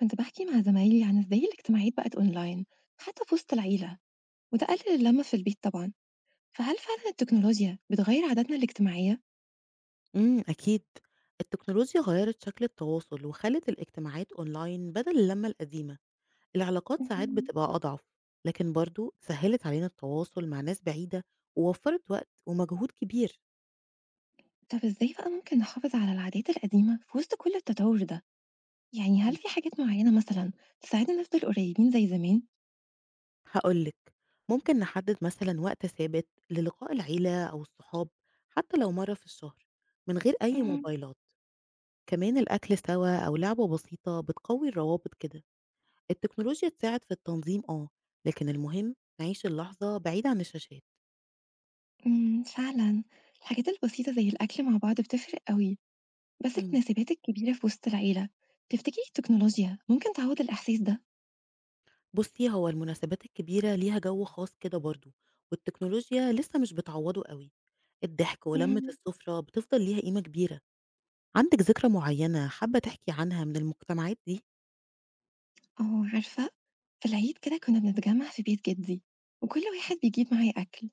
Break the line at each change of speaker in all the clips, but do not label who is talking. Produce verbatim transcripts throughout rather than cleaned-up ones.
كنت بحكي مع زمايلي عن ازاي الاجتماعيات بقت اونلاين حتى في وسط العيلة، وده قلل اللمة في البيت طبعا. فهل فعلا التكنولوجيا بتغير عاداتنا الاجتماعية؟
إمم، أكيد. التكنولوجيا غيّرت شكل التواصل وخلّت الاجتماعات أونلاين بدل اللمة القديمة، العلاقات ساعات
مهم.
بتبقى أضعف، لكن برضه سهّلت علينا التواصل مع ناس بعيدة ووفّرت وقت ومجهود كبير.
طب ازاي بقى ممكن نحافظ على العادات القديمة في وسط كل التطور ده؟ يعني هل
إمم.
في حاجات معينة مثلا تساعدنا نفضل قريبين زي زمان؟
هاقول لِك، ممكن نحدد مثلًا وقت ثابت للقاء العيلة أو الصحاب حتى لو مرّة في الشهر من غير أي
مهم.
موبايلات، كمان الأكل سوا أو لعبة بسيطة بتقوي الروابط كده. التكنولوجيا تساعد في التنظيم آه، لكن المهم نعيش اللحظة بعيد عن الشاشات.
امم فعلا الحاجات البسيطة زي الأكل مع بعض بتفرق قوي، بس
امم
المناسبات الكبيرة في وسط العيلة، تفتكري التكنولوجيا ممكن تعوض الإحساس ده؟
بُصّي، هو المناسبات الكبيرة ليها جو خاص كده برضه، والتكنولوجيا لسه مش بتعوّضه أوي، الضحك ولمة
مهم.
السفرة بتفضل ليها قيمة كبيرة. عندِك ذكرى معيّنة حابة تحكي عنها من المجتمعات دي؟
آه، عارفة، في العيد كده كنا بنتجمع في بيت جدي، وكل واحد بيجيب معاه أكل،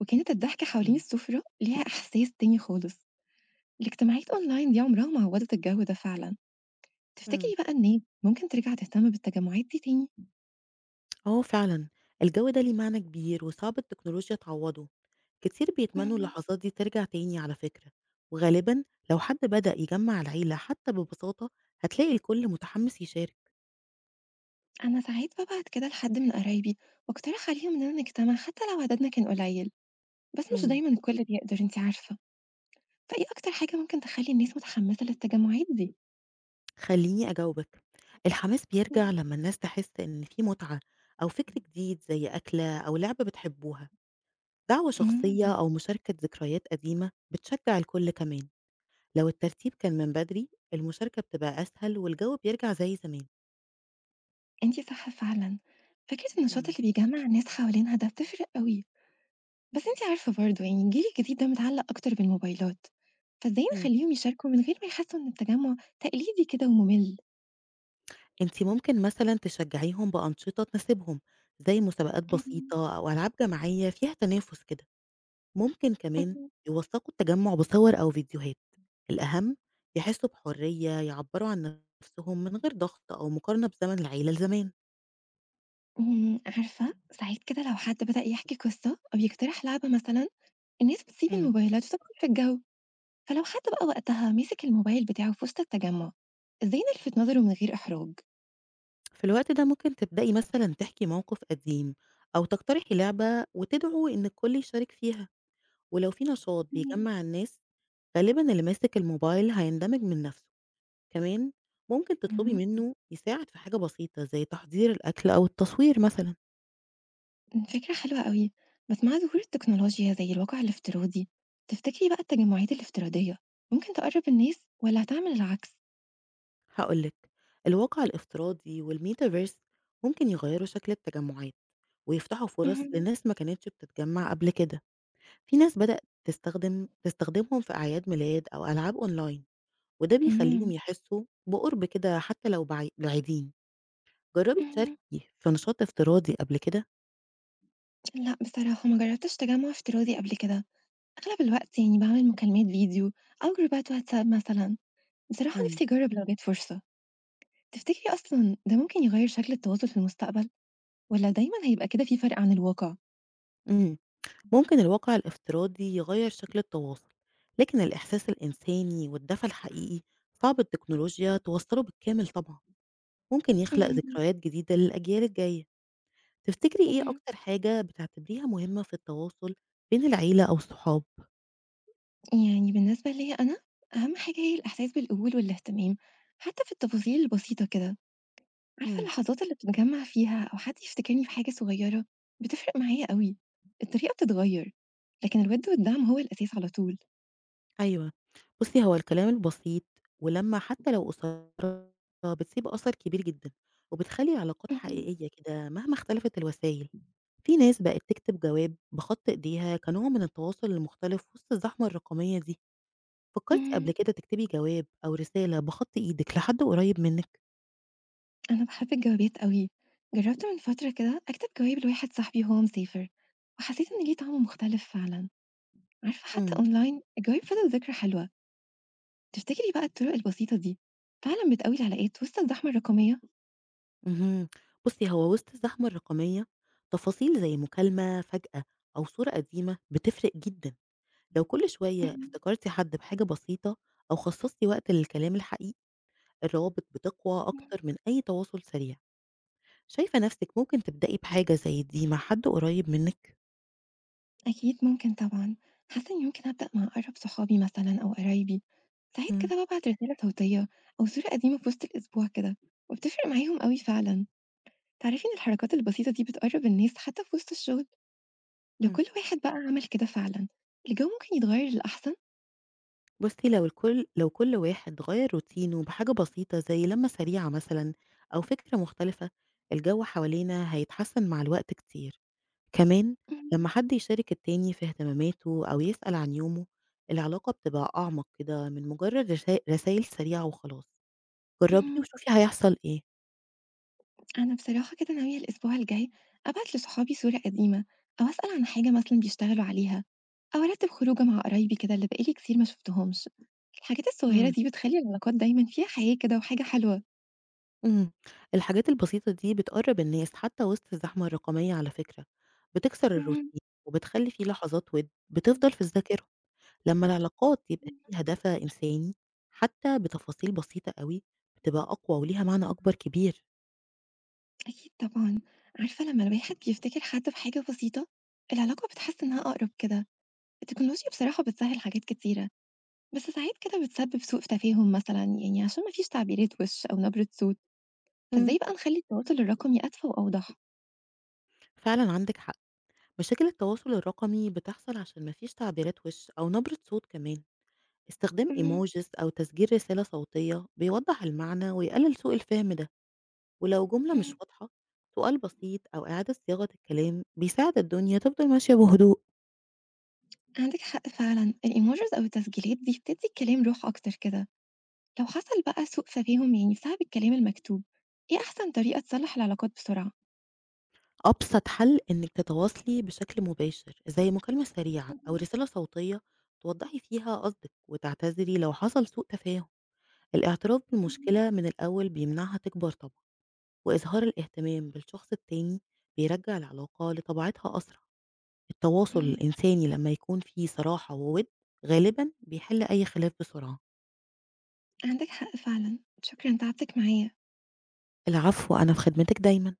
وكانت الضحكة حوالين السفرة ليها إحساس تاني خالص. الاجتماعات أونلاين دي عمرها ما عوضت الجو ده فعلا.
إمم.
تفتكري بقى إن ممكن ترجع تهتم بالتجمعات دي تاني؟
آه فعلًا، الجو ده ليه معنى كبير وصعب التكنولوجيا تعوّضه، كتير بيتمنوا
مم،
اللحظات دي ترجع تاني على فكرة، وغالبًا لو حد بدأ يجمّع العيلة حتى ببساطة هتلاقي الكل متحمس يشارك.
أنا ساعات ببعت كده لحد من قرايبي، واقترح عليهم إننا نجتمع حتى لو عددنا كان قليل، بس مش
امم.
دايما الكل بيقدر، انتي عارفة. فإيه أكتر حاجة ممكن تخلي الناس متحمسة للتجمعات دي؟
خلّيني أجاوبِك، الحماس بيرجع
مم.
لمّا الناس تحس إن في متعة أو فكر جديد زي أكلة أو لعبة بتحبوها، دعوة
مم.
شخصية أو مشاركة ذكريات قديمة بتشجع الكل كمان، لو الترتيب كان من بدري المشاركة بتبقى أسهل والجو بيرجع زي زمان.
أنتِ صح فعلًا، فكرة النشاط اللي بيجمّع الناس حوالينها ده بتفرق أوي، بس أنتِ عارفة برضه، يعني الجيل الجديد ده متعلق أكتر بالموبايلات، فإزاي
امم.
نخلّيهم يشاركوا من غير ما يحسوا إن التجمّع تقليدي كده وممل؟
أنتِ ممكن مثلًا تشجّعيهم بأنشطة تناسبهم، زي مسابقات
إمم.
بسيطة أو ألعاب جماعية فيها تنافس كده، ممكن كمان
اهم.
يوثّقوا التجمُّع بصور أو فيديوهات، الأهم يحسّوا بحرية يعبّروا عن نَفْسهم من غير ضغط أو مقارنة بزمن العيلة لزمان.
إمم، عارفة ساعات كده لو حد بدأ يحكي قصة أو يقترح لعبة مثلًا، الناس بتسيب
إمم.
الموبايلات وتدخل في الجو. فلو حد بقى وقتها مسك الموبايل بتاعه في وسط التجمّع، إزاي نلفت نظره من غير إحراج؟
في الوقت ده ممكن تبدئي مثلًا تحكي موقِف قديم أو تقترحي لعبة وتدعوا إن الكل يشارك فيها، ولو في نشاط
إمم.
بيجمّع الناس غالبًا اللي ماسك الموبايل هيندمج من نَفْسه. كمان ممكن تطلبي
إمم.
منه يساعد في حاجة بسيطة زي تحضير الأكل أو التصوير مثلا
فكرة حلوة أوي، بس مع ظهور التكنولوجيا زي الواقع الافتراضي، تفتكري بقى التجمعات الافتراضية ممكن تقرب الناس والّا هتعمل العكس؟
هقولك الواقع الافتراضي والميتافيرس ممكن يغيروا شكل التجمعات ويفتحوا فرص
اهم.
لناس ما كانتش بتتجمع قبل كده في ناس بدأت تستخدم تستخدمهم في أعياد ميلاد أو ألعاب أونلاين وده بيخليهم
إمم.
يحسوا بقرب كده حتى لو بعي- بعيدين جربي
اهم.
تشاركي في نشاط افتراضي قبل كده
لأ بصراحة ما جربتش تجمع افتراضي قبل كده، أغلب الوقت يعني باعمل مكالمات فيديو أو جروبات واتساب مثلًا. بصراحة
مم.
نفسي أجرب لو جات فرصة. تفتكري أصلًا ده ممكن يغير شكل التواصل في المستقبل والّا دايمًا هيبقى كده في فرق عن الواقع؟
مم. ممكن الواقع الافتراضي يغير شكل التواصل لكن الإحساس الإنساني والدفى الحقيقي صعب التكنولوجيا توصله بالكامل طبعا ممكن يخلق
اهم.
ذكريات جديدة للأجيال الجاية تفتكري إيه
اهم.
أكتر حاجة بتعتبريها مهمة في التواصل بين العيلة أو الصحاب؟
يعني بالنسبة ليّا أنا، أهم حاجة هي الإحساس بالقبول والاهتمام، حتى في التفاصيل البسيطة كده. عارفة
مم.
اللحظات اللي بنتجمع فيها أو حد يفتكرني بحاجة صغيرة، بتفرق معايا أوي. الطريقة بتتغير، لكن الوِد والدعم هو الأساس على طول.
أيوه. بُصّي، هو الكلام البسيط ولمّة حتّى لو قصيّرة بتسيب أثر كبير جدًا، وبتخلّي العلاقات
اهم.
حقيقية كده مهما اختلفت الوسايل. في ناس بقت تكتب جواب بخط إيديها كنوع من التواصل المختلف وسط الزحمة الرقمية دي. فكّرتِ قبل
إمم.
كده تكتبي جواب أو رسالة بخط إيدِك لحد قريّب منِّك؟
أنا باحب الجوابات أوي. جربت من فترة كده أكتب جواب لواحد صاحبي وهو مسافر، وحسيت إن ليه طعم مختلف فعلًا. عارفة حتى
إمم.
أونلاين الجواب فضل ذكرى حلوة. تفتكري بقى الطرق البسيطة دي فعلًا بتقوي العلاقات وسط الزحمة الرقمية؟
اهم. بُصّي، هو وسط الزحمة الرقمية، تفاصيل زي مكالمة فجأة أو صورة قديمة بتفرق جدًا. لو كل شوية
اهم.
افتكرتِ حد بحاجة بسيطة أو خصصتِ وقت للكلام الحقيقي، الروابط بتقوى أكتر من أي تواصل سريع. شايفة نفسِك ممكن تبدئي بحاجة زي دي مع حد قريب منِّك؟
أكيد ممكن طبعًا، حاسة إني ممكن أبدأ مع أقرب صحابي مثلًا أو قرايبي. ساعات
إمم،
كده بابعت رسالة صوتية أو صورة قديمة في وسط الأسبوع كده، وبتفرق معاهم أوي فعلًا. تعرفي إن الحركات البسيطة دي بتقرب الناس حتى في وسط الشغل، لو
إمم.
كل واحد بقى عمل كده فعلًا الجو ممكن يتغير للأحسن.
بُصي لو الكل لو كل واحد غيّر روتينه بحاجة بسيطة زي لمة سريعة مثلًا أو فكرة مختلفة، الجو حوالينا هيتحسن مع الوقت كتير. كمان لما
مهم.
حد يشارك التاني في اهتماماته أو يسأل عن يومه، العلاقة بتبقى أعمق كده من مجرد رسا رسايل سريعة وخلاص. جرّبي
مهم.
وشوفي هيحصل إيه.
أنا بصراحة كده ناوية الأسبوع الجاي أبعت لصحابي صورة قديمة، أو أسأل عن حاجة مثلا بيشتغلوا عليها، أو أرتب خروجة مع قرايبي كده اللي بقالي كتير ما شفتهمش. الحاجات الصغيرة
إمم.
دي بتخلي العلاقات دايما فيها حياة كده وحاجة حلوة.
إمم. الحاجات البسيطة دي بتقرّب الناس حتى وسط الزحمة الرقمية على فكرة، بتكسر
مم.
الروتين وبتخلّي في لحظات وِد بتفضل في الذاكرة. لمّا العلاقات يبقى فيها دفع إنساني حتى بتفاصيل بسيطة أوي، بتبقى أقوى وليها معنى أكبر كبير.
أكيد طبعا. عارفة لما الواحد بيفتكر حد بحاجة بسيطة العلاقة بتحس إنها أقرب كده. التكنولوجيا بصراحة بتسهل حاجات كتيرة، بس ساعات كده بتسبب سوء تفاهم مثلا يعني عشان مفيش تعبيرات وش أو نبرة صوت.
إمم،
فإزاي بقى نخلي التواصل الرقمي أدفى وأوضح؟
فعلًا عندِك حق. مشاكل التواصل الرقمي بتحصل عشان ما فيش تعبيرات وِش أو نبرة صوت كمان. استخدام emojis أو تسجيل رسالة صوتية بيوضّح المعنى ويقلل سوء الفهم ده. ولو جملة مش
مم.
واضحة، سؤال بسيط أو إعادة صياغة الكلام بيساعد الدنيا تفضل ماشية بهدوء.
عندك حق فعلا، الإيموجيز أو التسجيلات دي بتدي الكلام روح أكتر كده. لو حصل بقى سوء تفاهم يعني بسبب الكلام المكتوب، إيه أحسن طريقة تصلح العلاقات بسرعة؟
أبسط حل إنِك تتواصلي بشكل مباشر زي مكالمة سريعة أو رسالة صوتية توضحي فيها قصدك وتعتذري لو حصل سوء تفاهم. الاعتراف بالمشكلة من الأول بيمنعها تكبر طبعا وإظهار الاهتمام بالشخص التاني بيرجع العلاقة لطبيعتها أسرع. التواصل
مم،
الإنساني لما يكون فيه صراحة وود غالبا بيحل أي خلاف بسرعة.
عندك حق فعلا، شكرا تعبتك معايا
العفو أنا في خدمتك دايما.